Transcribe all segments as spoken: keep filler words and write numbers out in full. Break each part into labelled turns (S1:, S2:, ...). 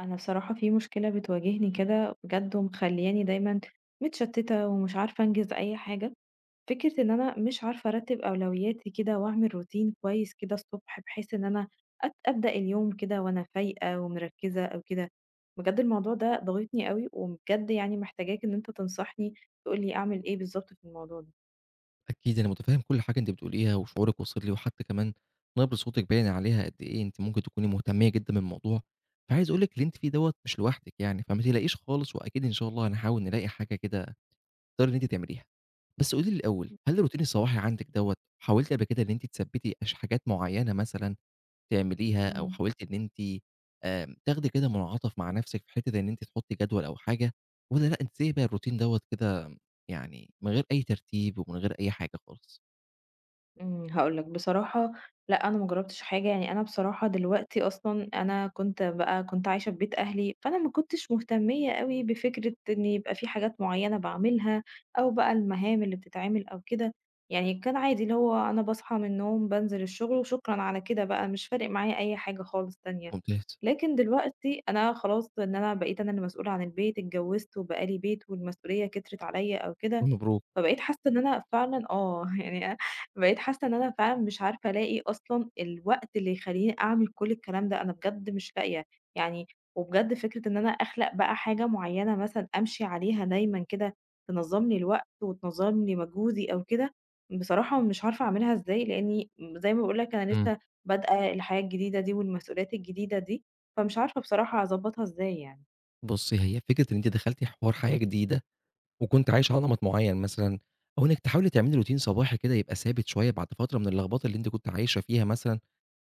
S1: أنا بصراحة في مشكلة بتواجهني كده بجد ومخلياني دايما متشتتة ومش عارفة أنجز أي حاجة. فكرة إن أنا مش عارفة أرتب أولوياتي كده وأعمل روتين كويس كده الصبح بحيث إن أنا أت- أبدأ اليوم كده وأنا فايقة ومركزة أو كده. بجد الموضوع ده ضاغطني قوي وبجد يعني محتاجاك إن أنت تنصحني تقولي أعمل إيه بالظبط في الموضوع ده.
S2: أكيد أنا متفهم كل حاجة أنتِ بتقوليها، وشعورِك واصل لي، وحتى كمان نبرة صوتِك باين عليها قد إيه أنتِ ممكن تكوني مهتمية جدًا بالموضوع، فعايز أقول لِك اللي أنتِ فيه دوّة مش لوحدِك يعني، فما تقلقيش خالص، وأكيد إن شاء الله هنحاول نلاقي حاجة كده تقدري إن أنتِ تعمليها. بس قولي لي الأول، هل الروتين الصباحي عندِك دوّة حاولتِ قبل كده إن أنتِ تثبّتي أش حاجات معيّنة مثلًا تعمليها، أو
S1: مم.
S2: حاولتِ إن أنتِ آمم، تاخدي كده منعطف مع نفسِك في حتة إن أنتِ تحطي جدول أو حاجة، والّا لأ أنتِ سايبة الروتين دوّة كده يعني من غير أي ترتيب ومن غير أي حاجة خالص؟
S1: إمم، هاقول لك بصراحة، لأ، أنا ما جرّبتش حاجة، يعني أنا بصراحة دلوقتي أصلًا أنا كنت بقى كنت عايشة في بيت أهلي، فأنا ما كنتش مهتمية أوي بفكرة إن يبقى في حاجات معيّنة باعملها أو بقى المهام اللي بتتعمل أو كده، يعني كان عادي اللي هو أنا باصحى من النوم، بانزل الشغل وشكرًا على كده بقى، مش فارق معايا أي حاجة خالص تانية.
S2: ممتاز،
S1: لكن دلوقتي أنا خلاص إن أنا بقيت أنا اللي مسؤولة عن البيت، اتجوّزت وبقى لي بيت والمسؤولية كترت عليّا أو كده،
S2: مبروك.
S1: فبقيت حاسة إن أنا فعلًا آه، يعني أ بقيت حاسة إن أنا فعلًا مش عارفة ألاقي أصلًا الوقت اللي يخلّيني أعمل كل الكلام ده، أنا بجد مش لاقية، يعني وبجد فكرة إن أنا أخلق بقى حاجة معيّنة مثلًا أمشي عليها دايمًا كده، تنظّم لي الوقت وتنظّم لي مجهودي أو كده، بصراحة مش عارفة أعملها إزاي، لإني زي ما باقول لك أنا
S2: إمم.
S1: لسه بادئة الحياة الجديدة دي والمسؤوليات الجديدة دي، فمش عارفة بصراحة أضبّطها إزاي يعني.
S2: بُصّي، هي فكرة إن أنتِ دخلتِ حوار حياة جديدة وكنتِ عايشة على نمط معيّن مثلًا أو إنِّك تحاولي تعملي روتين صباحي كده يبقى ثابت شوية بعد فترة من اللخبطة اللي أنتِ كنتِ عايشة فيها مثلًا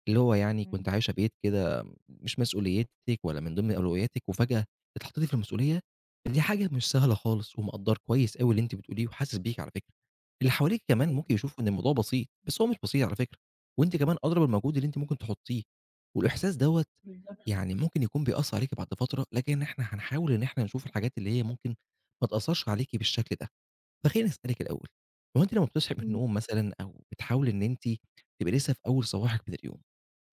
S2: اللي هو يعني
S1: إمم،
S2: كنتِ عايشة بعيد كده مش مسؤوليتِك ولا من ضمن أولوياتِك، وفجأة اتحطيتِ في المسؤولية، دي حاجة مش سهلة خالص، ومقدّر كويس أوي اللي أنتِ بتقوليه وحاسس بيكِ على فكرة. اللي حواليكِ كمان
S1: أيوه،
S2: ممكن يشوفوا إن الموضوع بسيط، بس هو مش بسيط على فكرة، وأنتِ كمان أدرى بالمجهود اللي أنتِ ممكن تحطيه، والإحساس دوّة
S1: بالضبط.
S2: يعني ممكن يكون بيأثّر عليكِ بعد فترة، لكن إحنا هنحاول إن إحنا نشوف الحاجات اللي هي ممكن ما تأثّرش عليكِ بالشكل ده. فخلّيني أسألِك الأول، هو أنتِ لمّا بتصحي من
S1: إمم،
S2: النوم مثلًا أو بتحاولي إن أنتِ تبقي لسه في أول صباحِك من اليوم،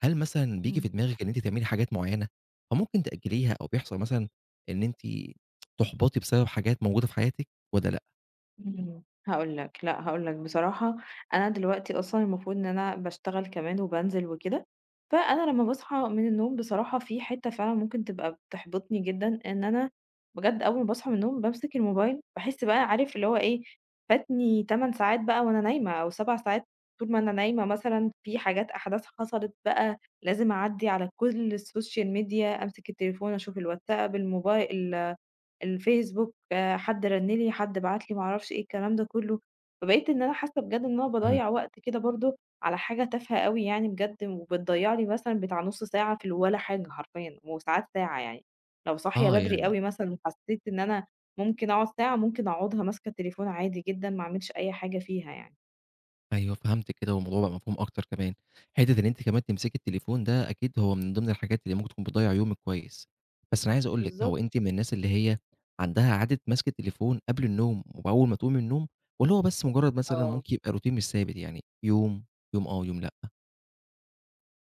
S2: هل مثلًا بييجي
S1: إمم.
S2: في دماغِك إن أنتِ تعملي حاجات معيّنة فممكن تأجّليها أو بيحصل مثلًا إن أنتِ تُحبطي بسبب حاجات موجودة في حياتِك والّا لأ؟
S1: إمم، هاقول لك، لأ هاقول لك بصراحة، أنا دلوقتي أصلًا المفروض إن أنا باشتغل كمان وبانزل وكده، فأنا لمّا باصحى من النوم بصراحة في حتّة فعلًا ممكن تبقى بتحبطني جدًا، إن أنا بجد أول ما باصحى من النوم بامسك الموبايل، باحس بقى عارف اللي هو إيه، فاتني 8 ساعات بقى وأنا نايمة أو 7 ساعات، طول ما أنا نايمة مثلًا في حاجات أحداث حصلت بقى لازم أعدّي على كل السوشيال ميديا، أمسك التليفون أشوف الواتساب، الموبايل الفيسبوك، آه، حد رَنّ لي، حد بعت لي، ما أعرفش إيه الكلام ده كلّه، فبقيت إن أنا حاسة بجد إن أنا
S2: اهم.
S1: باضيّع وقت كده برضه على حاجة تافهة أوي يعني بجد، وبتضيّع لي مثلًا بتاع نُص ساعة في الولا حاجة حرفيًا، وساعات ساعة يعني، لو صاحية
S2: آه،
S1: بدري
S2: يعني
S1: أوي مثلًا وحسيت إن أنا ممكن أقعد ساعة، ممكن أقعدها ماسكة التليفون عادي جدًا، ما أعملش أي حاجة فيها يعني.
S2: أيوه فهمتِك كده، والموضوع بقى مفهوم أكتر كمان. حتّة إن أنتِ كمان تمسكي التليفون ده أكيد هو من ضمن الحاجات اللي ممكن تكون بتضيّع يومِك كويس. بس أنا عايز أقول لِك، هو
S1: بالضبط.
S2: أنتِ من الناس اللي هي عندها عادة مَسْك التليفون قبل النوم وأول ما تقومي من النوم، والّا هو بس مجرد مثلًا
S1: آه.
S2: ممكن يبقى روتين مش ثابت يعني يوم، يوم آه، ويوم لأ؟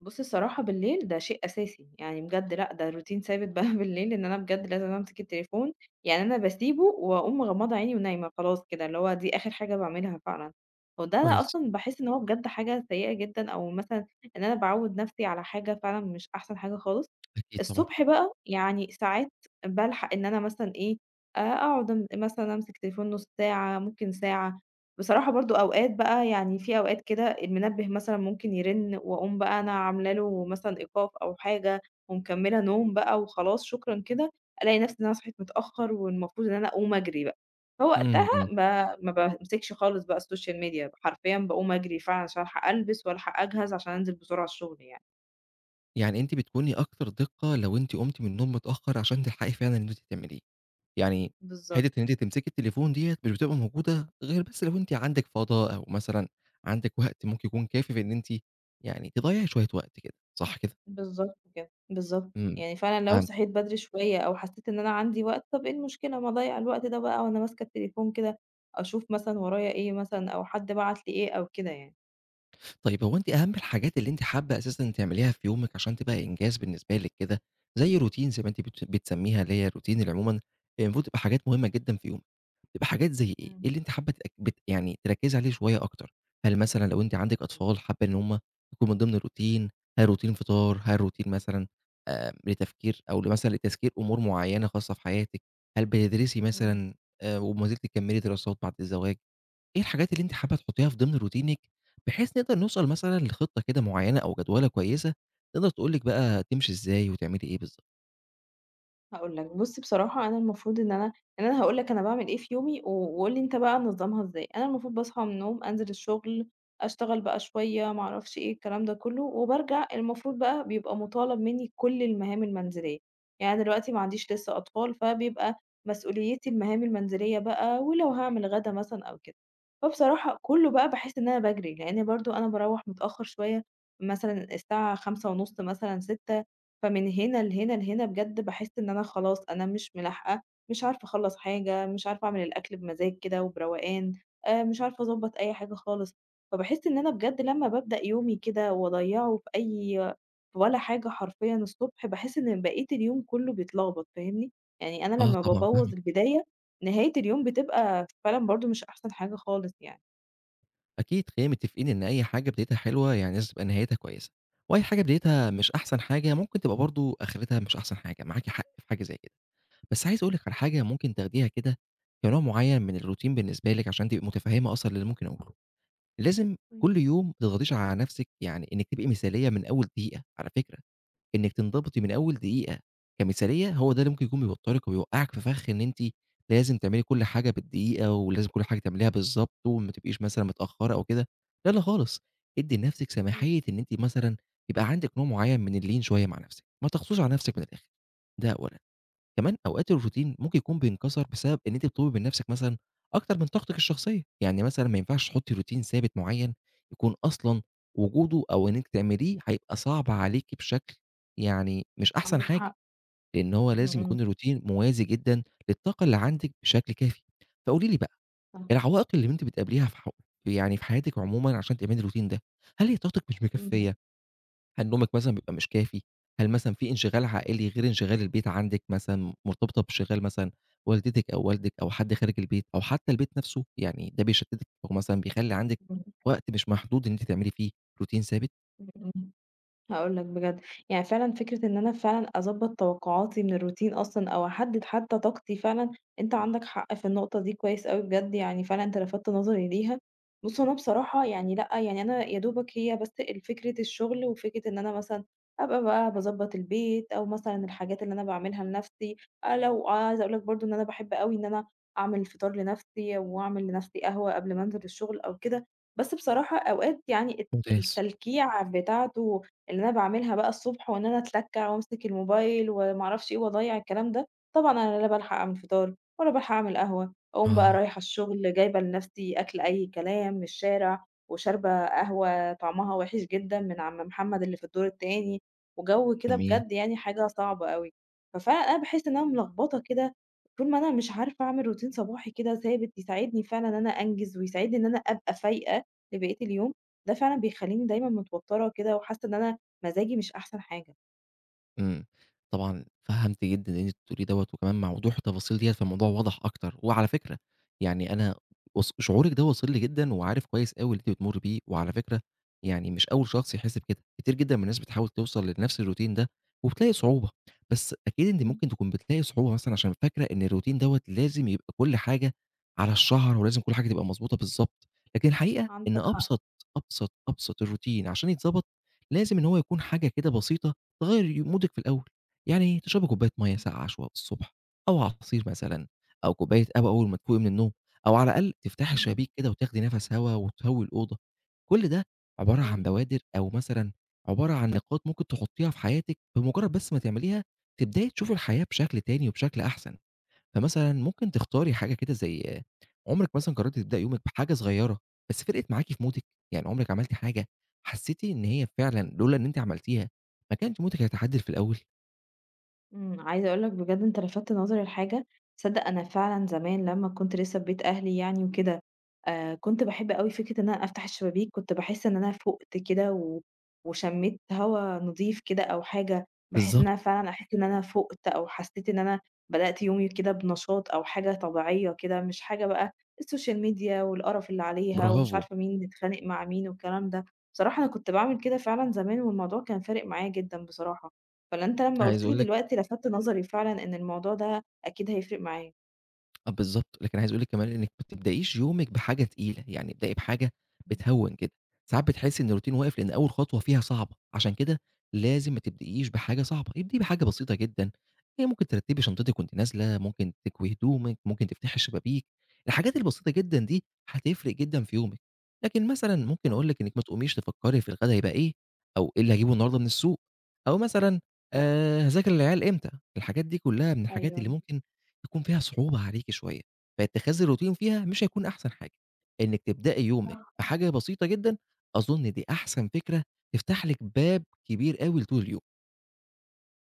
S1: بُصّي الصراحة بالليل ده شيء أساسي، يعني بجد لأ ده روتين ثابت بقى بالليل إن أنا بجد لازم أمسك التليفون، يعني أنا باسيبه وأقوم مغمضة عيني ونايمة خلاص كده، اللي هو دي آخر حاجة باعملها فعلًا، وده أنا
S2: كويس.
S1: أصلًا باحس إن هو بجد حاجة سيئة جدًا، أو مثلًا إن أنا باعوّد نفسي على حاجة فعلًا مش أحسن حاجة خالص.
S2: أكيد طبعًا.
S1: الصبح بقى يعني ساعات بالحق إن أنا مثلًا إيه، آآ أقعد أم مثلًا أمسك تليفون نُص ساعة، ممكن ساعة. بصراحة برضه أوقات بقى يعني في أوقات كده المنبه مثلًا ممكن يرن وأقوم بقى أنا عاملة له مثلًا إيقاف أو حاجة ومكمّلة نوم بقى وخلاص شكرًا كده، ألاقي نفسي إن أنا صحيت متأخر والمفروض إن أنا أقوم أجري بقى. فوقتها
S2: إمم، إمم.
S1: ما ما بامسكش خالص بقى الSocial Media، حرفيًا باقوم أجري فعلًا عشان ألحق ألبس وألحق أجهز عشان أنزل بسرعة الشغل يعني.
S2: يعني أنتِ بتكوني أكتر دِقّة لو أنتِ قُمتِ من النوم متأخّر عشان تلحقي فعلًا إن أنتِ تعمليه. يعني
S1: بالضبط.
S2: حتّة إن أنتِ تمسكي التليفون ديّة مش بتبقى موجودة غير بس لو أنتِ عندِك فَضَى أو مثلًا عندِك وقت ممكن يكون كافي في إن أنتِ يعني تضيّعي شوية وقت كده، صح كده؟
S1: بالضبط كده، بالضبط.
S2: إمم،
S1: يعني فعلًا لو
S2: فهمتِك.
S1: صحيت بدري شوية أو حسيت إن أنا عندي وقت، طَب إيه المشكلة ما أضيّع الوقت ده بقى وأنا ماسكة التليفون كده، أشوف مثلًا ورايا إيه مثلًا أو حد بعت لي إيه أو كده يعني.
S2: طيب هو أنتِ أهم الحاجات اللي أنتِ حابة أساسًا تعمليها في يومِك عشان تبقى إنجاز بالنسبة لِك كده، زي routine زي ما أنتِ بت بتسمّيها اللي هي الroutine اللي عمومًا المفروض تبقى حاجات مهمة جدًا في يومِك. تبقى حاجات زي إيه؟
S1: إمم،
S2: إيه اللي أنتِ حابة تأك بت يعني تركّزي عليه شوية أكتر؟ هل مثلًا لو أنتِ عندِك أطفال حابة إن هم يكون من ضمن الروتين، هل روتين فطار، هل روتين مثلًا آآ لتفكير أو مثلًا لتذكير أمور معيّنة خاصة في حياتِك، هل بتدرسي
S1: إمم.
S2: مثلًا آآ وما زلتِ تكمّلي دراسات بعد الزواج؟ إيه الحاجات اللي أنتِ حابة تحطّيها في ضمن روتينِك، بحيث نقدر نوصل مثلًا لخطة كده معيّنة أو جدولة كويسة، تقدر تقول لِك بقى تمشي إزاي وتعملي إيه بالضبط؟
S1: هاقول لك، بُص بصراحة أنا المفروض إن أنا إن أنا هاقول لك أنا باعمل إيه في يومي و وقُل لي أنت بقى نظّمها إزاي، أنا المفروض باصحى من النوم، أنزل الشغل، أشتغل بقى شوية، ما أعرفش إيه، الكلام ده كلّه، وبارجع المفروض بقى بيبقى مُطالب منّي كل المهام المنزلية، يعني أنا دلوقتي ما عنديش لسه أطفال، فبيبقى مسؤوليتي المهام المنزلية بقى، ولو هاعمل غدا مثلًا أو كده، فبصراحة كلّه بقى باحس إن أنا باجري، لإن برضه أنا باروّح متأخر شوية، مثلًا الساعة خمسة ونص مثلًا ستة، فمن هنا لهنا لهنا بجد باحس إن أنا خلاص أنا مش ملاحقة، مش عارفة أخلّص حاجة، مش عارفة أعمل الأكل بمزاج كده وبروقان، آآ مش عارفة أضبّط أي حاجة خالص، فباحس إن أنا بجد لمّا بابدأ يومي كده وأضيّعه في أي في ولا حاجة حرفيًا الصبح، باحس إن بقية اليوم كلّه بيتلخبط فاهمني؟ يعني أنا
S2: آه
S1: لمّا
S2: طبعًا
S1: بابوّظ
S2: فاهمِك.
S1: البداية، نهاية اليوم بتبقى فعلًا برضه مش أحسن حاجة خالص يعني.
S2: أكيد خلينا متفقين إن أي حاجة بدايتها حلوة يعني لازم تبقى نهايتها كويسة، وأي حاجة بدايتها
S1: إمم،
S2: مش أحسن حاجة ممكن تبقى برضه آخرتها مش أحسن حاجة، معاكِ حق في حاجة زي كده، بس عايز أقول لِك على حاجة ممكن تاخديها كده كنوع معين من الروتين بالنسبة لِك عشان تبقي متفهمة أصلًا اللي ممكن أقوله، لازم
S1: إمم،
S2: كل يوم ما تضغطيش على نفسِك يعني إنِك تبقي مثالية من أول دقيقة على فكرة، إنِّك تنضبطي من أول دقيقة كمثالية، هو ده اللي ممكن يكون بيوتّرِك وبيوقّعِك في فخ إن أنتِ لازم تعملي كل حاجة بالدقيقة، ولازم كل حاجة تعمليها بالضبط، وما تبقيش مثلًا متأخّرة أو كده، لا، لا خالص، ادّي لنفسِك
S1: إمم.
S2: سماحية إن أنتِ مثلًا يبقى عندِك نوع معيّن من الLean شوية مع نفسِك، ما تغصوش على نفسِك من الآخر، ده أولًا. كمان أوقات الروتين ممكن يكون بينكسر بسبب إن أنتِ بتطلبي من نفسِك مثلًا أكتر من طاقتِك الشخصية، يعني مثلًا ما ينفعش تحطي روتين ثابت معيّن يكون أصلًا وجوده أو إنِّك تعمليه هيبقى صعب عليكِ بشكل يعني مش أحسن
S1: عندك
S2: حاجة،
S1: حق،
S2: لإن هو
S1: إمم،
S2: لازم
S1: إمم،
S2: يكون الروتين موازي جدًا للطاقة اللي عندِك بشكل كافي. فقولي لي بقى
S1: صح،
S2: العوائق اللي أنتِ بتقابليها في حو يعني في حياتِك عمومًا عشان تأمني الروتين ده، هل هي طاقتِك مش
S1: إمم،
S2: مكفية؟ هل نومِك مثلًا بيبقى مش كافي؟ هل مثلًا في انشغال عائلي غير انشغال البيت عندِك مثلًا، مرتبطة بانشغال مثلًا والدتِك أو والدِك أو حد خارج البيت أو حتى البيت نفسه، يعني ده بيشتتِك أو مثلًا بيخلّي عندِك
S1: إمم،
S2: وقت مش محدود إن أنتِ تعملي فيه روتين ثابت؟
S1: إمم، إمم. هاقول لك بجد، يعني فعلًا فكرة إن أنا فعلًا أضبّط توقعاتي من الروتين أصلًا أو أحدد حتى طاقتي فعلًا، أنت عندك حق في النقطة دي كويس أوي بجد، يعني فعلًا أنت لفتت نظري ليها. بُص، هو أنا بصراحة يعني لأ، يعني أنا يا دوبك هي بس ال فكرة الشغل وفكرة إن أنا مثلًا أبقى بقى باضبّط البيت أو مثلًا الحاجات اللي أنا باعملها لنَفْسي، آآ لو عايزة أقول لك برضه إن أنا باحب أوي إن أنا أعمل فطار لنَفْسي وأعمل لنَفْسي قهوة قبل ما أنزل الشغل أو كده، بس بصراحة أوقات يعني الت
S2: ممتاز،
S1: التلكيع بتاعته اللي أنا باعملها بقى الصبح وإن أنا أتلكّع وأمسك الموبايل وما أعرفش إيه وأضيّع الكلام ده، طبعًا أنا لا بالحق أعمل فطار ولا بالحق أعمل قهوة، أقوم بقى
S2: آه.
S1: رايحة الشغل جايبة لنفسي أكل أي كلام من الشارع وشاربة قهوة طعمها وِحِش جدًا من عم محمد اللي في الدور التاني، وجَو كده
S2: جميل.
S1: بجد يعني حاجة صعبة أوي. ففعلًا أنا باحس إن أنا ملخبطة كده طول ما أنا مش عارفة أعمل روتين صباحي كده ثابت يساعدني فعلًا إن أنا أنجز ويساعدني إن أنا أبقى فايقة لبقية اليوم، ده فعلًا بيخلّيني دايمًا متوتّرة كده وحاسة إن أنا مزاجي مش أحسن حاجة.
S2: إمم. طبعًا فهَمت جدًا اللي أنتِ بتقوليه دوّة وكمان مع وضوح التفاصيل ديّة فالموضوع وَضَح أكتر. وعلى فكرة يعني أنا وص شعورِك ده واصل لي جدًا وعارف كويس أوي اللي أنتِ بتمُرّي بيه وعلى فكرة يعني مش أول شخص يحِس بكده، كتير جدًا من الناس بتحاول توصل لنفس الروتين ده وبتلاقي صعوبة. بس أكيد أنتِ
S1: إمم.
S2: ممكن تكون بتلاقي صعوبة مثلًا عشان فاكرة إن الروتين دوّة لازم يبقى كل حاجة على الشَهر ولازم كل حاجة تبقى مضبوطة بالضبط. لكن الحقيقة إن
S1: عندك حق.
S2: أبسط، أبسط، أبسط الروتين عشان يتضبط لازم إن هو يكون حاجة كده بسيطة تغيّر ي مودِك في الأول، يعني تشربي كوباية مَيّة ساقعة شو الصبح أو عصير مثلًا أو كوباية قهوة أول ما تفوقي من النوم أو على الأقل تفتحي الشبابيك كده وتاخدي نَفَس هوا وتهوّي الأوضة. كل ده عبارة عن
S1: إمم.
S2: بوادر أو مثلًا عبارة عن نقاط ممكن تحطّيها في حياتِك بمجرّد بس ما تعمليها تبدئي تشوفي الحياة بشكل تاني وبشكل أحسن. فمثلًا ممكن تختاري حاجة كده زي عمرِك مثلًا قررتِ تبدئي يومِك بحاجة صغيرة، بس فرقِت معاكِ في مودِك؟ يعني عمرِك عملتِ حاجة حسيتِ إن هي فعلًا لولا إن أنتِ عملتيها ما كانش مودِك هيتعدل في الأول؟
S1: إمم، عايزة أقول لك بجد أنت لفتت نظري لحاجة، تصدق أنا فعلًا زمان لمّا كنت لسه في بيت أهلي يعني وكده، آآ كنت باحب أوي فكرة إن أنا أفتح الشبابيك، كنت باحس إن أنا فُقت كده و وشميت هوا نضيف كده أو حاجة، بحيث إن أنا
S2: بالضبط،
S1: فعلًا أحس إن أنا فُقت أو حسيت إن أنا بدأت يومي كده بنشاط أو حاجة طبيعية كده، مش حاجة بقى الSocial Media والقرف اللي عليها ومش
S2: برافو.
S1: عارفة مين بيتخانق مع مين والكلام ده، بصراحة أنا كنت باعمل كده فعلًا زمان والموضوع كان فارق معايا جدًا بصراحة. فالأنت لمّا
S2: عايز
S1: قُلت لي
S2: أقول لِك
S1: دلوقتي لَفَتّ نظري فعلًا إن الموضوع ده أكيد هيفرق معايا.
S2: آه بالضبط، لكن عايز أقول لِك كمان إنِّك ما تبدئيش يومِك بحاجة تقيلة، يعني ابدئي بحاجة
S1: إمم.
S2: بتهوّن كده، ساعات بتحسّي إن الroutine واقف لإن أول خطوة فيها صعبة، عشان كده لازم ما تبدئيش بحاجة صعبة، ابدئي بحاجة بسيطة جدًا، هي ممكن ترتّبي شنطتِك وأنتِ نازلة، ممكن تكوي هدومِك، ممكن تفتحي الشبابيك، الحاجات البسيطة جدًا دي هتفرق جدًا في يومِك، لكن مثلًا ممكن
S1: صح،
S2: أقول لِك إنِّك ما تقوميش تفكّري في الغدا هيبقى إيه، أو إيه اللي هاجيبه النهارده من السوق، أو مثلًا
S1: صح.
S2: آآ هاذاكر للعيال إمتى، الحاجات دي كلّها من الحاجات اللي
S1: أيوه.
S2: ممكن تكون فيها صعوبة عليكِ شوية، فاتخاذ الروتين فيها مش هيكون أحسن حاجة، إنِّك تبدئي يومِك
S1: إمم.
S2: بحاجة بسيطة جدًا، أظن دي أحسن فكرة تفتح لِك باب كبير أوي لطول اليوم،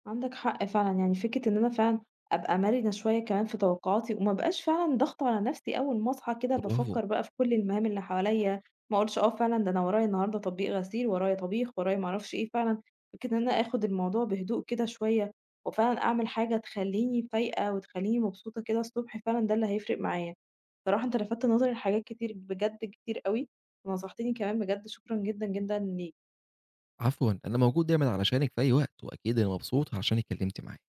S1: عندك حق فعلًا، يعني فكرة إن أنا فعلًا أبقى مرنة شوية كمان في توقعاتي، وما ابقاش فعلًا ضاغطة على نفسي أول ما أصحى كده
S2: برافو،
S1: بافكر بقى في كل المهام اللي حواليّا، ما أقولش آه فعلًا ده أنا ورايا النهارده تطبيق غسيل، ورايا طبيخ، ورايا ما أعرفش إيه، فعلًا فكرة إن أنا آخد الموضوع بهدوء كده شوية، وفعلًا أعمل حاجة تخلّيني فايقة وتخلّيني مبسوطة كده الصبح، فعلًا ده اللي هيفرق معايا. بصراحة أنت لفتت نظري لحاجات كتير بجد كتير أوي، ونصحتني كمان بجد شكرًا جدًا، جدًا ليك.
S2: عفوًا، أنا موجود دايمًا علشانِك في أي وقت، وأكيد أنا مبسوط علشاني اتكلمت معاكِ.